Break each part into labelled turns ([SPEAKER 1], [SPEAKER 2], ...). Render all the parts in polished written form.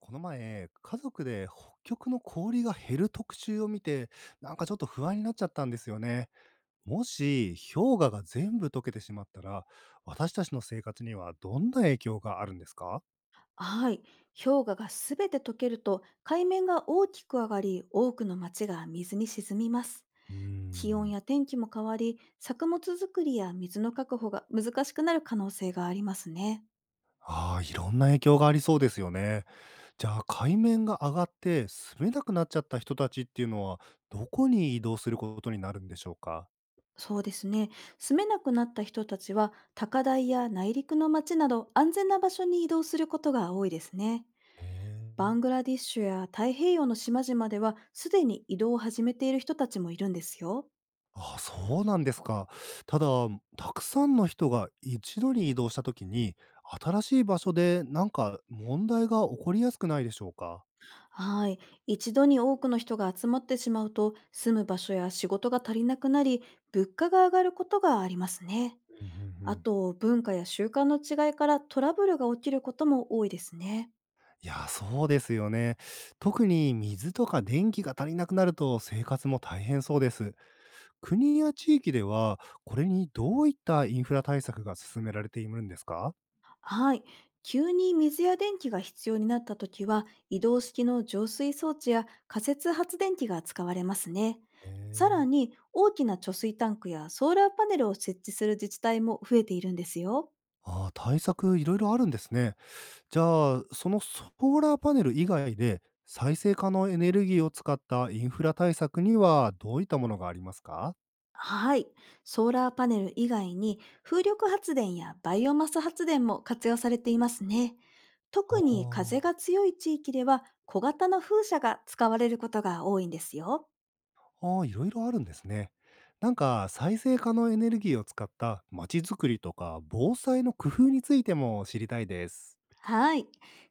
[SPEAKER 1] この前、家族で北極の氷が減る特集を見て、なんかちょっと不安になっちゃったんですよね。もし氷河が全部溶けてしまったら、私たちの生活にはどんな影響があるんですか。
[SPEAKER 2] はい。氷河がすべて溶けると海面が大きく上がり、多くの町が水に沈みます。
[SPEAKER 1] うー
[SPEAKER 2] 気温
[SPEAKER 1] ん。
[SPEAKER 2] や天気も変わり、作物作りや水の確保が難しくなる可能性がありますね。
[SPEAKER 1] ああ、いろんな影響がありそうですよね。じゃあ海面が上がって住めなくなっちゃった人たちっていうのは、どこに移動することになるんでしょうか。
[SPEAKER 2] そうですね。住めなくなった人たちは、高台や内陸の町など安全な場所に移動することが多いですね。
[SPEAKER 1] へ
[SPEAKER 2] バン
[SPEAKER 1] え。
[SPEAKER 2] グラディッシュや太平洋の島々では、すでに移動を始めている人たちもいるんですよ。
[SPEAKER 1] あ、そうなんですか。ただ、たくさんの人が一度に移動したときに、新しい場所でなんか問題が起こりやすくないでしょうか？
[SPEAKER 2] はい。一度に多くの人が集まってしまうと、住む場所や仕事が足りなくなり、物価が上がることがありますね。
[SPEAKER 1] うんうんう
[SPEAKER 2] あ
[SPEAKER 1] ん。
[SPEAKER 2] と、文化や習慣の違いからトラブルが起きることも多いですね。
[SPEAKER 1] いや、そうですよね。特に水とか電気が足りなくなると生活も大変そうです。国や地域では、これにどういったインフラ対策が進められているんですか？
[SPEAKER 2] はい。急に水や電気が必要になったときは、移動式の浄水装置や仮設発電機が使われますね。
[SPEAKER 1] え
[SPEAKER 2] さら
[SPEAKER 1] えー。
[SPEAKER 2] に、大きな貯水タンクやソーラーパネルを設置する自治体も増えているんですよ。
[SPEAKER 1] ああ、対策いろいろあるんですね。じゃあ、そのソーラーパネル以外で、再生可能エネルギーを使ったインフラ対策にはどういったものがありますか。
[SPEAKER 2] はい。ソーラーパネル以外に風力発電やバイオマス発電も活用されていますね。
[SPEAKER 1] あ
[SPEAKER 2] 特に風
[SPEAKER 1] ー、
[SPEAKER 2] が強い地域では小型の風車が使われることが多いんですよ。
[SPEAKER 1] あー、いろいろあるんですね。なんか、再生可能エネルギーを使った街づくりとか防災の工夫についても知りたいです。
[SPEAKER 2] はい。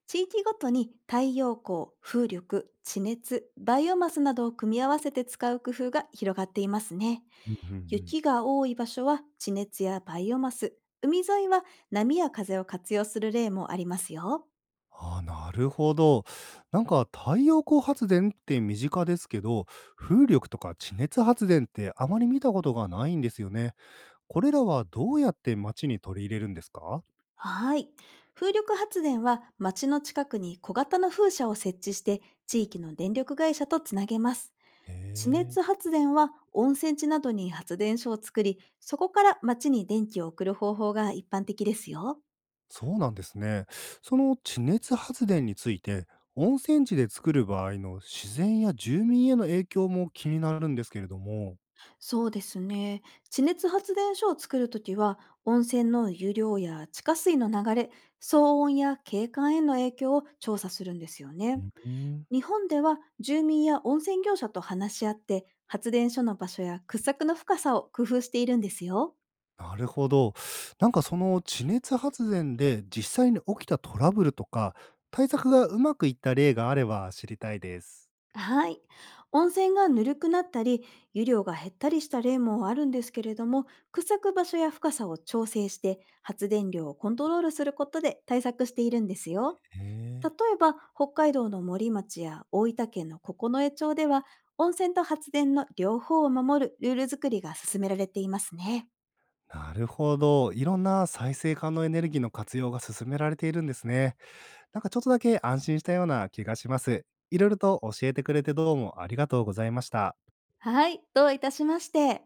[SPEAKER 2] 地域ごとに太陽光、風力、地熱、バイオマスなどを組み合わせて使う工夫が広がっていますね。
[SPEAKER 1] うんうんうん。
[SPEAKER 2] 雪が多い場所は地熱やバイオマス、海沿いは波や風を活用する例もありますよ。
[SPEAKER 1] ああ、なるほど。なんか太陽光発電って身近ですけど、風力とか地熱発電ってあまり見たことがないんですよね。これらはどうやって町に取り入れるんですか。
[SPEAKER 2] はい。風力発電は町の近くに小型の風車を設置して地域の電力会社とつなげます。
[SPEAKER 1] へ
[SPEAKER 2] 地
[SPEAKER 1] え。
[SPEAKER 2] 熱発電は温泉地などに発電所を作り、そこから町に電気を送る方法が一般的ですよ。
[SPEAKER 1] そうなんですね。その地熱発電について、温泉地で作る場合の自然や住民への影響も気になるんですけれども。
[SPEAKER 2] そうですね。地熱発電所を作るときは、温泉の湯量や地下水の流れ、騒音や景観への影響を調査するんですよね。
[SPEAKER 1] うん。
[SPEAKER 2] 日本では住民や温泉業者と話し合って、発電所の場所や掘削の深さを工夫しているんですよ。
[SPEAKER 1] なるほど。なんかその地熱発電で実際に起きたトラブルとか、対策がうまくいった例があれば知りたいです。
[SPEAKER 2] はい。温泉がぬるくなったり、湯量が減ったりした例もあるんですけれども、掘削場所や深さを調整して、発電量をコントロールすることで対策しているんですよ。
[SPEAKER 1] へ
[SPEAKER 2] 例
[SPEAKER 1] え。
[SPEAKER 2] えば、北海道の森町や大分県の九重町では、温泉と発電の両方を守るルール作りが進められていますね。
[SPEAKER 1] なるほど。いろんな再生可能エネルギーの活用が進められているんですね。なんかちょっとだけ安心したような気がします。いろいろと教えてくれてどうもありがとうございました。
[SPEAKER 2] はい、どういたしまして。